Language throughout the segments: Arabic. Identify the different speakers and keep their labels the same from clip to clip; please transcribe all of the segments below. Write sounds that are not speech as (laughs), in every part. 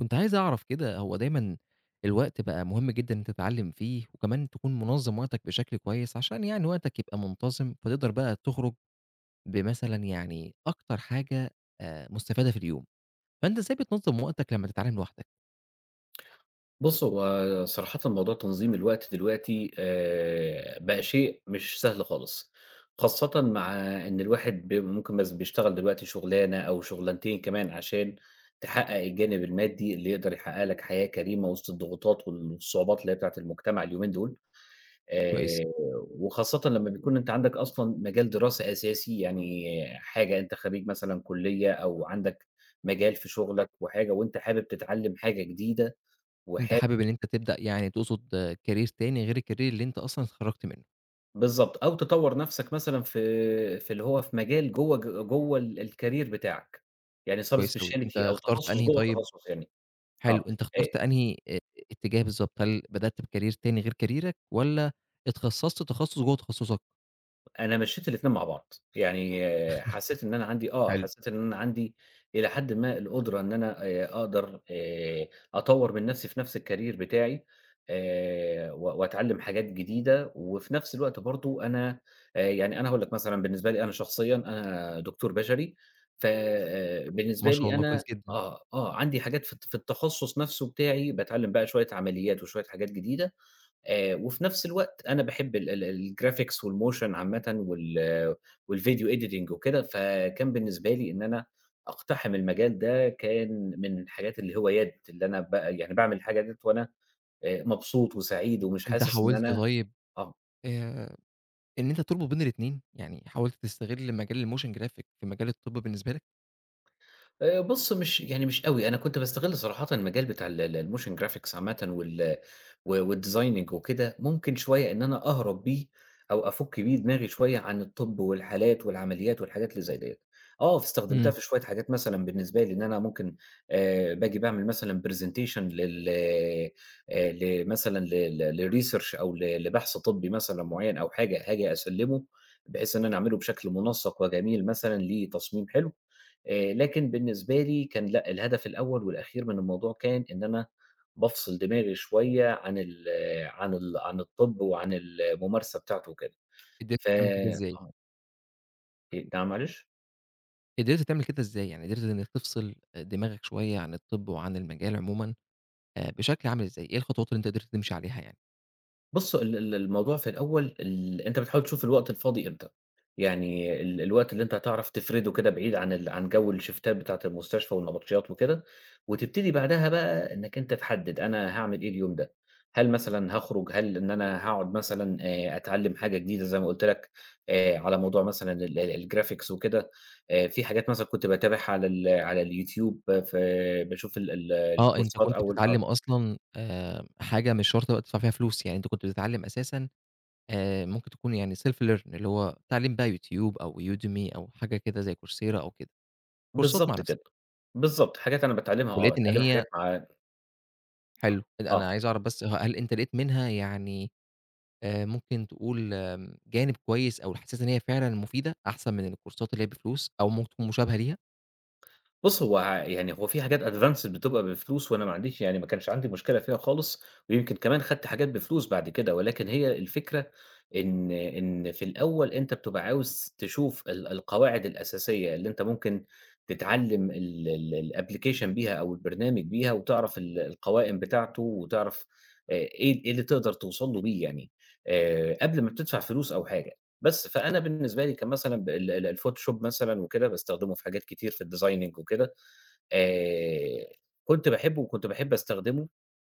Speaker 1: كنت عايز أعرف كده هو دايمًا الوقت بقى مهم جدًا إن أنت تتعلّم فيه، وكمان تكون منظّم وقتك بشكل كويس عشان وقتك يبقى منتظم، فتقدر بقى تخرج بمثلًا أكتر حاجة مستفادة في اليوم، فأنت إزاي بتنظّم وقتك لمّا تتعلّم لوحدك؟
Speaker 2: بُص، هو صراحةً موضوع تنظيم الوقت دلوقتي بقى شيء مش سهل خالص، خاصةً مع إن الواحد ممكن مثلًا بيشتغل دلوقتي شغلانة أو شغلانتين كمان عشان تحقق الجانب المادي اللي يقدر يحقق لك حياة كريمة وسط الضغوطات والصعوبات اللي هي بتاعة المجتمع اليومين دول. آآ،
Speaker 1: كويس،
Speaker 2: وخاصةً لما بيكون أنت عندك أصلًا مجال دراسة أساسي، يعني حاجة أنت خريج مثلًا كلية أو عندك مجال في شغلك وحاجة وأنت حابب تتعلم حاجة جديدة
Speaker 1: أنت
Speaker 2: وحابب
Speaker 1: حابب إن أنت تبدأ تقصد career تاني غير الcareer اللي أنت أصلًا اتخرّجت منه،
Speaker 2: بالضبط، أو تطوّر نَفْسك مثلًا في اللي هو في مجال جوّه ال الcareer بتاعك، يعني
Speaker 1: كويس أوي، أنت
Speaker 2: subspecialty أو
Speaker 1: اخترت
Speaker 2: تخصُّص
Speaker 1: أنهي
Speaker 2: جوّه
Speaker 1: طيب؟
Speaker 2: التخصُّص يعني.
Speaker 1: حلو،
Speaker 2: آه.
Speaker 1: أنت اخترت
Speaker 2: آآ
Speaker 1: أنهي اتجاه بالضبط؟ هل بدأت بcareer تاني غير كاريرك والّا اتخصصت تخصص جوّه تخصصك؟
Speaker 2: أنا مشّيت الاتنين مع بعض، يعني آه،
Speaker 1: حلو.
Speaker 2: حسّيت إن أنا عندي إلى حدٍ ما القدرة إن أنا أقدر أطوّر من نَفْسي في نَفْس الcareer بتاعي، و وأتعلّم حاجات جديدة، وفي نَفْس الوقت برضه أنا يعني أنا هاقول لك مثلًا بالنسبة لي أنا شخصيًا أنا دكتور بشري،
Speaker 1: ما
Speaker 2: فبالنسبة
Speaker 1: شاء
Speaker 2: لي
Speaker 1: الله كويس
Speaker 2: أنا
Speaker 1: جدًا.
Speaker 2: آه، عندي حاجات في التخصُّص نَفْسه بتاعي باتعلّم بقى شوية عمليات وشوية حاجات جديدة. وفي نفس الوقت أنا باحب ال ال الgraphics والmotion عامةً والvideo editing وكده، فكان بالنسبة لي إن أنا أقتحم المجال ده كان من الحاجات الهوايات اللي أنا يعني باعمل الحاجة ديّة وأنا مبسوط وسعيد ومش
Speaker 1: أنت
Speaker 2: حاسس إن
Speaker 1: حاولت
Speaker 2: أنا
Speaker 1: طيب
Speaker 2: آه.
Speaker 1: آآ إن أنت تربط بين الاتنين؟ حاولت تستغل مجال الmotion graphic في مجال الطب بالنسبة لك؟
Speaker 2: بُص مش يعني مش أوي، أنا كنت باستغل صراحةً المجال بتاع ال ال الmotion graphics عامةً والdesigning وكده، ممكن شوية إن أنا أهرب بيه أو أفُك بيه دماغي شوية عن الطب والحالات والعمليات والحاجات اللي زي ديّة. آه، استخدمتها
Speaker 1: إمم.
Speaker 2: في شوية حاجات مثلًا بالنسبة لي إن أنا ممكن باجي باعمل مثلًا presentation لل ل مثلًا ل لresearch أو لبحث طبي مثلًا معيّن أو حاجة هاجي أسلّمه، بحيث إن أنا أعمله بشكل منسّق وجميل مثلًا لتصميم حلو. لكن بالنسبة لي كان لأ، الهدف الأول والأخير من الموضوع كان إن أنا بافصل دماغي شوية عن الطب وعن الممارسة بتاعته وكده.
Speaker 1: قدرت
Speaker 2: ف
Speaker 1: تعمل كده
Speaker 2: آه.
Speaker 1: إزاي؟
Speaker 2: إيه؟ نعم معلش؟
Speaker 1: قدرت تعمل كده إزاي؟ يعني قدرت إنك تفصل دماغك شوية عن الطب وعن المجال عمومًا بشكل عامل إزاي؟ إيه الخطوات اللي أنت قدرت تمشي عليها يعني؟
Speaker 2: بُص ال ال الموضوع في الأول أنت بتحاول تشوف الوقت الفاضي إمتى، يعني الوقت اللي أنت هتعرف تفرده كده بعيد عن جو الشيفتات بتاعة المستشفى والنبطشيات وكده، وتبتدي بعدها بقى إنك أنت تحدد أنا هاعمل إيه اليوم ده، هل مثلًا هاخرج، هل إن أنا هاقعد مثلًا أتعلم حاجة جديدة زي ما قُلت لك، على موضوع مثلًا ال ال الgraphics وكده. في حاجات مثلًا كنت باتابعها على اليوتيوب آه، في باشوف ال ال
Speaker 1: آه، أنت
Speaker 2: الكورسات
Speaker 1: كنت
Speaker 2: أو ال آه.
Speaker 1: بتتعلم أصلًا حاجة مش شرط بقى تدفع فيها فلوس، يعني أنت كنت بتتعلم أساسًا ممكن تكون يعني self learn اللي هو تعليم بقى يوتيوب أو Udemy أو حاجة كده زي coursera أو كده، كورسات مع
Speaker 2: بالضبط
Speaker 1: نفسك،
Speaker 2: كده. بالضبط، حاجات أنا باتعلّمها آه،
Speaker 1: ولقيت إن
Speaker 2: باتعلّم حاجات
Speaker 1: هي
Speaker 2: مع آه.
Speaker 1: حلو، أنا
Speaker 2: آه.
Speaker 1: عايز أعرف بس هل أنت لقيت منها يعني ممكن تقول جانب كويس أو حسيت إن هي فعلًا مفيدة أحسن من الكورسات اللي هي بفلوس أو ممكن تكون مشابهة ليها،
Speaker 2: بُص هو ع يعني هو في حاجات advanced بتبقى بفلوس وأنا ما عنديش، يعني ما كانش عندي مشكلة فيها خالص، ويمكن كمان خدت حاجات بفلوس بعد كده، ولكن هي الفكرة إن في الأول أنت بتبقى عاوز تشوف القواعد الأساسية اللي أنت ممكن تتعلّم ال ال الapplication بيها أو البرنامج بيها وتعرف القوائم بتاعته وتعرف إيه اللي تقدر توصل له بيه، يعني قبل ما بتدفع فلوس أو حاجة. بس، فأنا بالنسبة لي كان مثلًا ب ال ال الفوتوشوب مثلًا وكده باستخدمه في حاجات كتير في الdesigning وكده. آآ كنت باحبه وكنت باحب أستخدمه،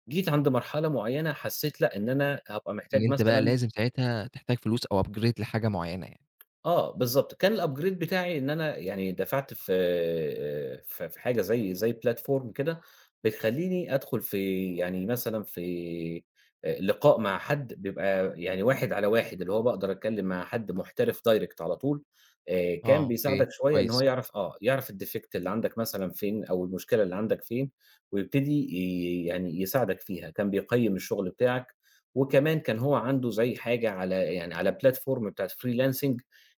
Speaker 2: جيت عند مرحلة معيّنة حسّيت لأ، إن أنا هابقى
Speaker 1: إن
Speaker 2: محتاج
Speaker 1: أنت بقى
Speaker 2: مثلًا
Speaker 1: لازم ساعتها تحتاج فلوس أو upgrade لحاجة معيّنة يعني؟
Speaker 2: آه، بالضبط. كان الupgrade بتاعي إن أنا يعني دفعت في حاجة زي platform كده بتخلّيني أدخل في، يعني مثلًا في لقاء مع حد بيبقى يعني واحد على واحد، اللي هو باقدر أتكلّم مع حد محترف direct على طول.
Speaker 1: آه،
Speaker 2: كان
Speaker 1: أوكي،
Speaker 2: بيساعدك شوية إن هو
Speaker 1: كويس.
Speaker 2: يعرف آه، يعرف الdefect اللي عندك مثلًا فين أو المشكلة اللي عندك فين ويبتدي يعني يساعدك فيها. كان بيقيّم الشغل بتاعك، وكمان كان هو عنده زي حاجة على، يعني على platform بتاعة freelancing،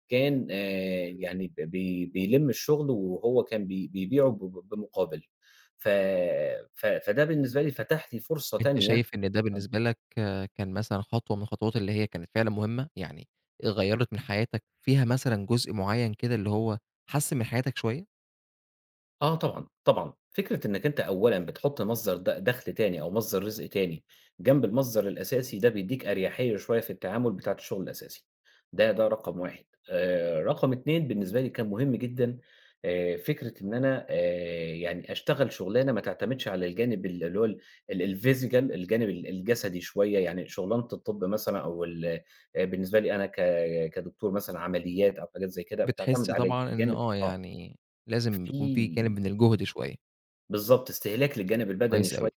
Speaker 2: كان يعني ب بي بيلِم الشُغل وهو كان بيبيعه ب ب بمُقابل. ف ف فده بالنسبة لي فتح لي فرصة
Speaker 1: أنت
Speaker 2: تانية.
Speaker 1: شايف إن ده بالنسبة لك آه، كان مثلًا خطوة من الخطوات اللي هي كانت فعلًا مهمة، يعني غيّرت من حياتك فيها مثلًا جزء معيّن كده اللي هو حسّن من حياتك شوية؟
Speaker 2: آه طبعًا، طبعًا. فكرة إنّك أنت أولًا بتحُط مصدر دَخْل تاني أو مصدر رزق تاني جنب المصدر الأساسي، ده بيدّيك أريحيّة شوية في التعامل بتاعة الشغل الأساسي. ده رقم 1. رقم 2 بالنسبة لي كان مهم جدًا. فكرة إن أنا يعني أشتغل شُغلانة ما تعتمدش على الجانب ال اللي هو ال ال الphysical، الجانب ال الجسدي شوية، يعني شُغلانة الطِب مثلًا أو ال بالنسبة لي أنا كدكتور مثلًا عمليّات أو حاجات زي كده بتعتمد
Speaker 1: بتحس
Speaker 2: على
Speaker 1: طبعًا إن
Speaker 2: الجانب
Speaker 1: آه،
Speaker 2: آه.
Speaker 1: لازم يكون في جانب
Speaker 2: في
Speaker 1: من الجهد شوية،
Speaker 2: بالضبط، استهلاك للجانب البدني
Speaker 1: كويس أوي.
Speaker 2: شوية،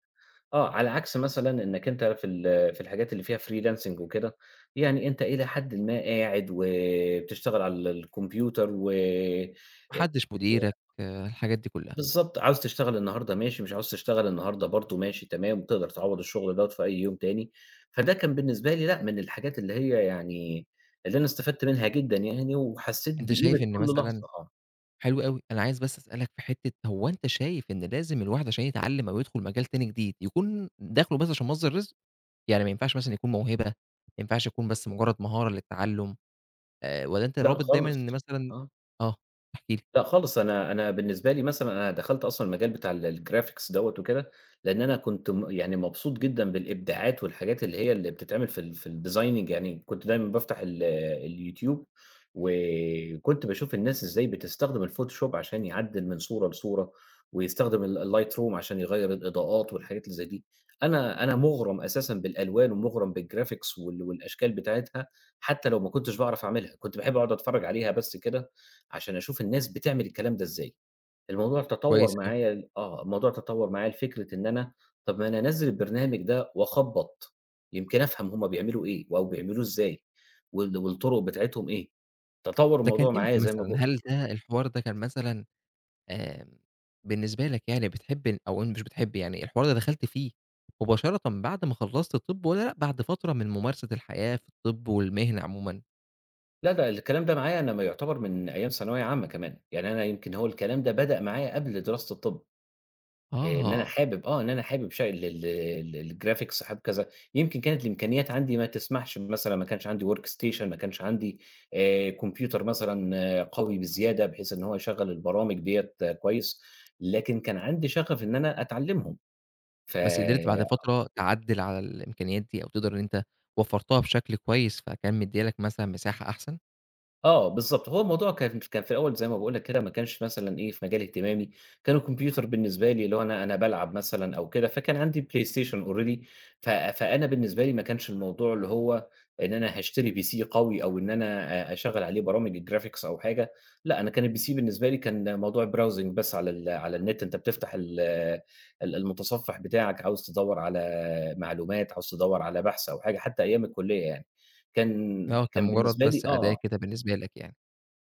Speaker 2: آه، على عكس مثلًا إنك أنت في الحاجات اللي فيها freelancing وكده، يعني أنت إلى حدٍ ما قاعد وبتشتغل على الكمبيوتر و
Speaker 1: ما حدّش مديرك، آه، الحاجات دي كلّها.
Speaker 2: بالضبط، عاوز تشتغل النهارده ماشي، مش عاوز تشتغل النهارده برضه ماشي تمام، تقدر تعوّض الشغل دوّة في أي يوم تاني، فده كان بالنسبة لي لأ، من الحاجات اللي هي يعني اللي أنا استفدت منها جدًا يعني، وحسيت
Speaker 1: أنت إمم.
Speaker 2: بقيمة
Speaker 1: شايف إن
Speaker 2: كل
Speaker 1: مثلًا
Speaker 2: لحظة آه.
Speaker 1: حلو أوي، أنا عايز بس أسألك في حتّة هو أنت شايف إن لازم الواحد عشان يتعلّم أو يدخل مجال تاني جديد، يكون داخله بس عشان مصدر رزق؟ يعني ما ينفعش مثلًا يكون موهبة، ما ينفعش يكون بس مجرّد مهارة للتعلُّم والّا أنت
Speaker 2: لأ
Speaker 1: رابط دايمًا إن
Speaker 2: خالص.
Speaker 1: مثلًا
Speaker 2: آه.
Speaker 1: آه، احكِ لي.
Speaker 2: لأ خالص، أنا بالنسبة لي مثلًا أنا دخلت أصلًا المجال بتاع ال الgraphics دوّة وكده، لإن أنا كنت يعني مبسوط جدًا بالإبداعات والحاجات اللي هي اللي بتتعمل في الdesigning، يعني كنت دايمًا بافتح اليوتيوب، وكنت باشوف الناس إزاي بتستخدم الphotoshop عشان يعدّل من صورة لصورة، ويستخدم ال الlightroom عشان يغيّر الإضاءات والحاجات اللي زي دي. أنا مُغرم أساسًا بالألوان ومُغرم بالgraphics والأشكال بتاعتها، حتى لو ما كنتش باعرف أعملها، كنت باحب أقعد أتفرّج عليها بس كده عشان أشوف الناس بتعمل الكلام ده إزاي.
Speaker 1: كويس أوي.
Speaker 2: الموضوع تطوّر معايا لفكرة إن أنا طب ما أنا أنزّل البرنامج ده وأخبّط، يمكن أفهم هم بيعملوا إيه أو بيعملوه إزاي والطرق بتاعتهم إيه. تطوّر
Speaker 1: ده كان
Speaker 2: الموضوع معايا
Speaker 1: إمتى
Speaker 2: زي ما
Speaker 1: مثلًا؟
Speaker 2: باق
Speaker 1: هل ده الحوار ده كان مثلًا آمم، بالنسبة لك يعني بتحب أو مش بتحب يعني الحوار ده دخلت فيه مباشرة بعد ما خلّصت طِب والّا لأ بعد فترة من ممارسة الحياة في الطِب والمهنة عمومًا؟
Speaker 2: لا، ده الكلام ده معايا أنا ما يعتبر من أيام ثانوية عامة كمان، يعني أنا يمكن هو الكلام ده بدأ معايا قبل دراسة الطِب.
Speaker 1: آه،
Speaker 2: إن أنا حابب شا ال ال ال الgraphics، حابب كذا، يمكن كانت الإمكانيات عندي ما تسمحش، مثلًا ما كانش عندي workstation، ما كانش عندي كمبيوتر مثلًا آه، قوي بزيادة بحيث إن هو يشغّل البرامج ديّة كويس، لكن كان عندي شغف إن أنا أتعلّمهم. ف
Speaker 1: بس قدرت بعد فترة تعدِّل على الإمكانيات دي أو تقدر إن أنت وفّرتها بشكل كويس، فكان مدّية لك مثلًا مساحة أحسن؟
Speaker 2: آه، بالضبط. هو الموضوع كان في الأول زي ما باقول لك كده ما كانش مثلًا إيه، في مجال اهتمامي، كان الكمبيوتر بالنسبة لي اللي هو أنا بالعب مثلًا أو كده، فكان عندي PlayStation already. فأنا بالنسبة لي ما كانش الموضوع اللي هو إن أنا هاشتري PC قوي أو إن أنا أشغّل عليه برامج graphics أو حاجة، لأ، أنا كان الPC بالنسبة لي كان موضوع browsing بس على النت، أنت بتفتح ال ال المتصفح بتاعك، عاوز تدوّر على معلومات، عاوز تدوّر على بحث أو حاجة، حتى أيام الكلية يعني. كان
Speaker 1: آه، كان
Speaker 2: كان
Speaker 1: مجرّد
Speaker 2: بالنسبة لي
Speaker 1: بس أداة
Speaker 2: آه.
Speaker 1: كده بالنسبة لك يعني.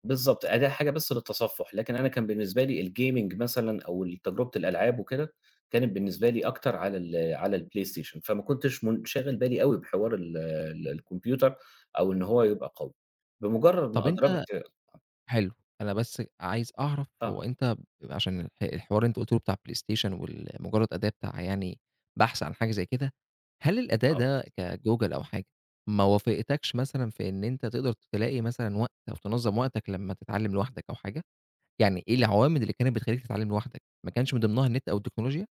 Speaker 2: بالضبط، أداة حاجة بس للتصفُّح، لكن أنا كان بالنسبة لي الgaming مثلًا أو ال تجربة الألعاب وكده، كانت بالنسبة لي أكتر على الPlayStation، فما كنتش من شاغل بالي أوي بحوار ال ال الكمبيوتر أو إن هو يبقى قوي، بمجرّد ما
Speaker 1: طَب أنت
Speaker 2: أدركت.
Speaker 1: حلو، أنا بس عايز أعرف
Speaker 2: آه.
Speaker 1: هو أنت عشان الحوار اللي أنت قُلت لي بتاع الPlayStation وال مجرّد أداة بتاع يعني بحث عن حاجة زي كده، هل الأداة
Speaker 2: آه.
Speaker 1: ده كGoogle أو حاجة ما وافقتكش مثلًا في إن أنت تقدر تلاقي مثلًا وقت أو تنظّم وقتك لمّا تتعلّم لوحدك أو حاجة؟ يعني إيه العوامل اللي كانت بتخلّيك تتعلّم لوحدك، ما كانش من ضمنها النت أو التكنولوجيا؟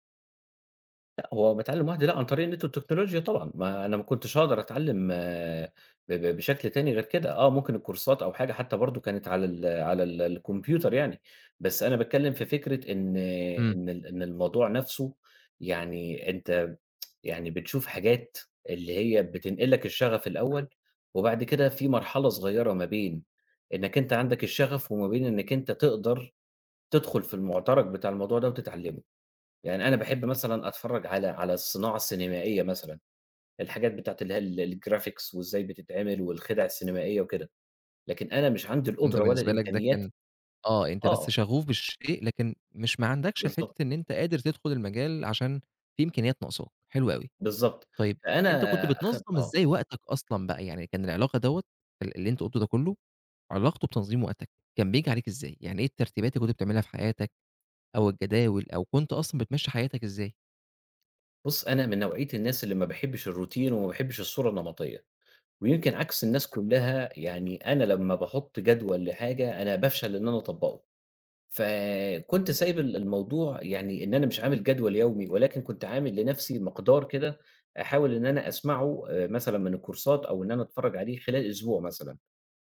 Speaker 2: لأ، هو باتعلّم لوحدي لأ، عن طريق النت والتكنولوجيا طبعًا، ما أنا ما كنتش هاقدر أتعلّم آه، ب ب بشكل تاني غير كده، آه، ممكن الكورسات أو حاجة حتى برضه كانت على ال على ال الكمبيوتر يعني، بس أنا باتكلّم في فكرة
Speaker 1: إمم،
Speaker 2: إن الموضوع نَفْسه، يعني أنت، يعني بتشوف حاجات اللي هي بتنقل لك الشغف الأول، وبعد كده في مرحلة صغيّرة ما بين إنّك أنت عندك الشغف وما بين إنّك أنت تقدر تدخُل في المعترك بتاع الموضوع ده وتتعلّمه. يعني أنا باحب مثلًا أتفرّج على الصناعة السينمائية مثلًا، الحاجات بتاعة اللي هي ال الgraphics وإزاي بتتعمل والخِدع السينمائية وكده، لكن أنا مش عندي
Speaker 1: أنت
Speaker 2: القدرة ولا
Speaker 1: بالنسبة لك ده
Speaker 2: الإمكانيات.
Speaker 1: كان آه، أنت بس
Speaker 2: آه،
Speaker 1: شغوف بالشيء لكن مش ما عندكش
Speaker 2: بالضبط،
Speaker 1: حتّة إن أنت قادر تدخل المجال عشان في إمكانيات ناقصاك، حلو أوي.
Speaker 2: بالضبط.
Speaker 1: طيب
Speaker 2: فأنا
Speaker 1: أنت كنت
Speaker 2: أخد
Speaker 1: بتنظّم
Speaker 2: آه.
Speaker 1: إزاي وقتك أصلًا بقى، يعني كان العلاقة دوّة اللي أنت قُلته ده كلّه، علاقته بتنظيم وقتك، كان بييجي عليك إزاي؟ يعني إيه الترتيبات اللي كنت بتعملها في حياتك أو الجداول أو كنت أصلًا بتمشّي حياتك إزاي؟
Speaker 2: بُص، أنا من نوعية الناس اللي ما باحبّش الروتين وما باحبّش الصورة النمطية، ويمكن عكس الناس كُلّها، يعني أنا لمّا باحُط جدول لحاجة أنا بافشل إن أنا أطبّقه. فكنت سايب الموضوع، يعني إن أنا مش عامل جدول يومي، ولكن كنت عامل لنفسي مقدار كده أحاول إن أنا أسمعه مثلًا من الكورسات أو إن أنا أتفرّج عليه خلال أسبوع مثلًا،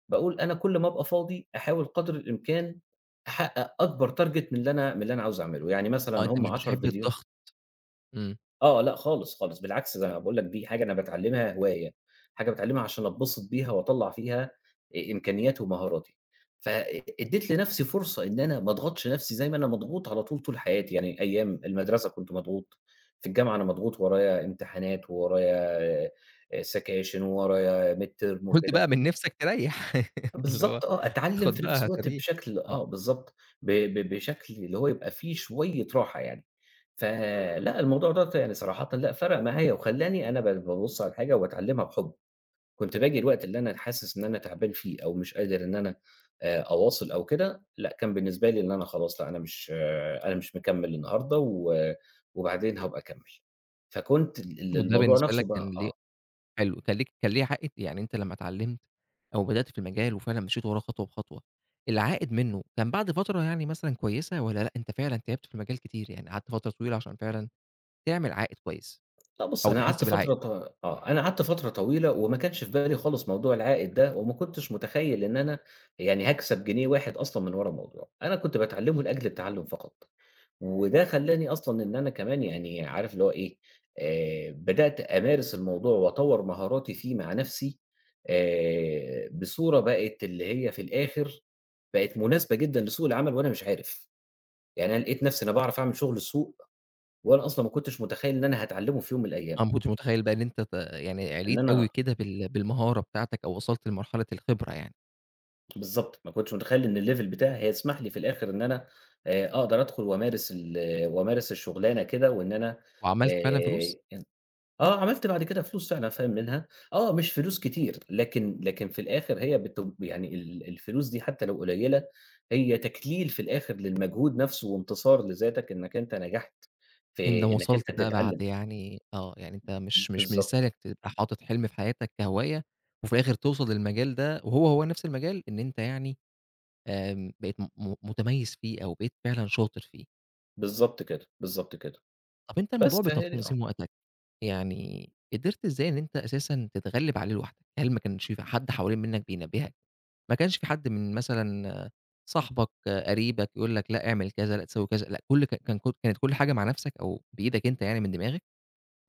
Speaker 2: باقول أنا كل ما أبقى فاضي أحاول قدر الإمكان أحقق أكبر target من اللي أنا عاوز أعمله، يعني
Speaker 1: آه،
Speaker 2: مثلًا
Speaker 1: أنت
Speaker 2: هم
Speaker 1: مش
Speaker 2: 10
Speaker 1: بتحب
Speaker 2: فيديو.
Speaker 1: الضغط، إمم،
Speaker 2: آه، لأ خالص، خالص، بالعكس زي ما باقول لك دي حاجة أنا باتعلّمها هواية، حاجة باتعلّمها عشان أتبسط بيها وأطلّع فيها إمكانياتي ومهاراتي. ف ادّيت لنفسي فرصة إن أنا ما اضغطش نفسي زي ما أنا مضغوط على طول، طول حياتي، يعني أيام المدرسة كنت مضغوط، في الجامعة أنا مضغوط ورايا امتحانات وورايا آآ سكاشن وورايا midterm
Speaker 1: قُلت
Speaker 2: وكده،
Speaker 1: بقى من نِفْسك تريّح (laughs) اللي هو
Speaker 2: بالضبط آه، أتعلّم
Speaker 1: خُد
Speaker 2: في نفس
Speaker 1: بقى
Speaker 2: الوقت
Speaker 1: هتريّح،
Speaker 2: بشكل
Speaker 1: آه،
Speaker 2: آه، بالضبط. ب ب بشكل اللي هو يبقى فيه شوية راحة يعني. فلأ، الموضوع دوّة يعني صراحةً لأ، فرَق معايا وخلّاني أنا بابُص على الحاجة وباتعلّمها بحُب. كنت باجي الوقت اللي أنا حاسس إن أنا تعبان فيه أو مش قادر إن أنا أواصل أو كده، لأ، كان بالنسبة لي إن أنا خلاص لأ، أنا مش مكمّل النهارده وبعدين هابقى أكمّل. فكنت
Speaker 1: وده
Speaker 2: الموضوع
Speaker 1: بالنسبة لك
Speaker 2: نفسه بقى
Speaker 1: كان ليه
Speaker 2: آه.
Speaker 1: حلو، كان ليك كان ليه عائد؟ يعني أنت لمّا اتعلّمت أو بدأت في المجال وفعلًا مشيت وراه خطوة بخطوة، العائد منّه كان بعد فترة يعني مثلًا كويسة والّا لأ، أنت فعلًا تعبت في المجال كتير، يعني قعدت فترة طويلة عشان فعلًا تعمل عائد كويس
Speaker 2: لأ بُص،
Speaker 1: أو تحس بالعائد؟
Speaker 2: أنا قعدت فترة طويلة وما كانش في بالي خالص موضوع العائد ده، وما كنتش متخيّل إن أنا يعني هاكسب جنيه واحد أصلًا من ورا الموضوع، أنا كنت باتعلّمه لأجل التعلُّم فقط، وده خلّاني أصلًا إن أنا كمان يعني عارف اللي هو إيه. بدأت أمارس الموضوع وأطوّر مهاراتي فيه مع نَفْسي بصورة بقت اللي هي في الآخر بقت مناسبة جدًا لسوق العمل وأنا مش عارف، يعني أنا لقيت نَفْسي أنا باعرف أعمل شغل السوق وأنا أصلًا ما كنتش متخيّل إن أنا هاتعلّمه في يوم من الأيام،
Speaker 1: أنا ما كنتش متخيّل بقى إن أنت يعني
Speaker 2: إن
Speaker 1: عِليت أوي
Speaker 2: أنا
Speaker 1: كده بالمهارة بتاعتك أو وصلت لمرحلة الخبرة يعني،
Speaker 2: بالضبط، ما كنتش متخيّل إن الlevel بتاعي هيسمح لي في الآخر إن أنا أقدر أدخل وأمارس الشُغلانة كده وإن أنا
Speaker 1: وعملت فعلًا فلوس؟
Speaker 2: آآ آه، عملت بعد كده فلوس فعلًا فاهم منها، آه، مش فلوس كتير، لكن في الآخر هي يعني الفلوس دي حتى لو قليّلة، هي تكليل في الآخر للمجهود نَفْسه وانتصار لذاتك إنّك أنت نجحت
Speaker 1: إن
Speaker 2: في إنّك
Speaker 1: وصلت
Speaker 2: أنت
Speaker 1: بقى بعد
Speaker 2: تتعلّم.
Speaker 1: يعني آه، يعني أنت مش من السهل
Speaker 2: بالضبط،
Speaker 1: إنّك تبقى حاطط حلم في حياتك كهواية وفي الآخر توصل للمجال ده وهو، هو نفس المجال إن أنت يعني آمم، بقيت م م متميز فيه أو بقيت فعلًا شاطر فيه.
Speaker 2: بالضبط كده، بالضبط كده.
Speaker 1: طب أنت
Speaker 2: بس
Speaker 1: الموضوع بتاع
Speaker 2: فهي دي آه.
Speaker 1: تنظيم وقتك، يعني قدرت إزاي إن أنت أساسًا تتغلب عليه لوحدك؟ هل ما كانش في حد حوالين منك بينبهك؟ ما كانش في حد من مثلًا آه، صاحبك، آه، قريبك، يقول لك لأ اعمل كذا، لأ تسوي كذا، لأ كل ك كان كانت كل حاجة مع نفسك أو بإيدك أنت يعني من دماغك؟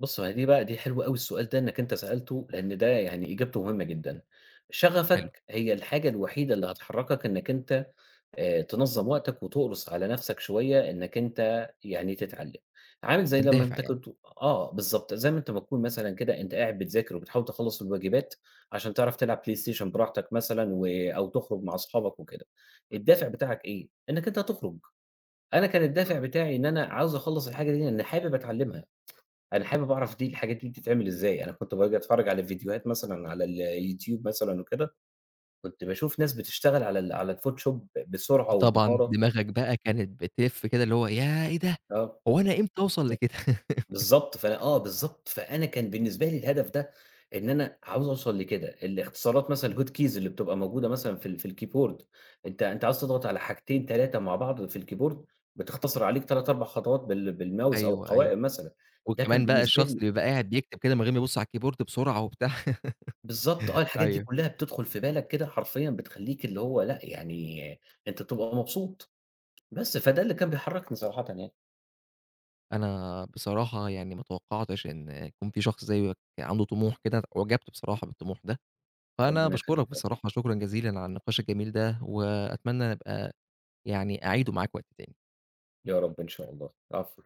Speaker 2: بُص، ما هي دي بقى دي حلوة أوي السؤال ده إنّك أنت سألته، لإن ده يعني إجابته مهمة جدًا.
Speaker 1: حلو،
Speaker 2: شغفك هي الحاجة الوحيدة اللي هتحرّكك إنّك أنت تنظّم وقتك وتُقرص على نَفْسك شوية إنّك أنت يعني تتعلّم. عامل زي لمّا
Speaker 1: الدافع
Speaker 2: أنت
Speaker 1: يعني.
Speaker 2: كنت. آه، بالضبط. زي ما أنت ما تكون مثلًا كده أنت قاعد بتذاكر وبتحاول تخلّص الواجبات عشان تعرف تلعب PlayStation براحتك مثلًا أو تخرج مع أصحابك وكده. الدافع بتاعك إيه؟ إنّك أنت هتخرج. أنا كان الدافع بتاعي إن أنا عاوز أخلّص الحاجة دي لإنّي حابب أتعلّمها. أنا حابب أعرف دي، الحاجات دي بتتعمل إزاي، أنا كنت باجي أتفرّج على فيديوهات مثلًا على اليوتيوب مثلًا وكده، كنت باشوف ناس بتشتغل على الفوتوشوب بسرعة
Speaker 1: (laughs) طبعًا
Speaker 2: وبمهارة
Speaker 1: دماغك بقى كانت بتلِف كده اللي هو ياه! إيه ده!
Speaker 2: آه.
Speaker 1: هو أنا إمتى أوصل
Speaker 2: ف
Speaker 1: لكده؟ (laughs)
Speaker 2: بالضبط، فأنا آه، بالضبط، فأنا كان بالنسبة لي الهدف ده إن أنا عاوز أوصل لكده، الاختصارات مثلًا الHot keys اللي بتبقى موجودة مثلًا في الكيبورد، أنت عاوز تضغط على حاجتين 3 مع بعض في الكيبورد، بتختصر عليك 3، 4 خطوات بالماوس أو
Speaker 1: أيوه، أيوه.
Speaker 2: القوائم مثلًا، ده كان
Speaker 1: وكمان بقى
Speaker 2: بالنسبة
Speaker 1: الشخص
Speaker 2: لي
Speaker 1: اللي بيبقى قاعد بيكتب كده من غير ما يبُص على الكيبورد بسرعة وبتاع
Speaker 2: بالضبط، آه.
Speaker 1: (laughs)
Speaker 2: الحاجات دي
Speaker 1: أيوه.
Speaker 2: كلّها بتدخل في بالك كده حرفيًا، بتخلّيك اللي هو لأ، يعني أنت بتبقى مبسوط، بس فده اللي كان بيحرّكني صراحةً يعني.
Speaker 1: أنا بصراحة يعني ما توقّعتش إن يكون في شخص زيّك عنده طموح كده، أُعجبت بصراحة بالطموح ده، فأنا
Speaker 2: ربنا يخلّيك
Speaker 1: باشكرك
Speaker 2: يا رب،
Speaker 1: بصراحة شكرًا جزيلًا على النقاش الجميل ده، وأتمنى نبقى يعني أعيده معاك وقت تاني.
Speaker 2: يا رب إن شاء الله، العفو.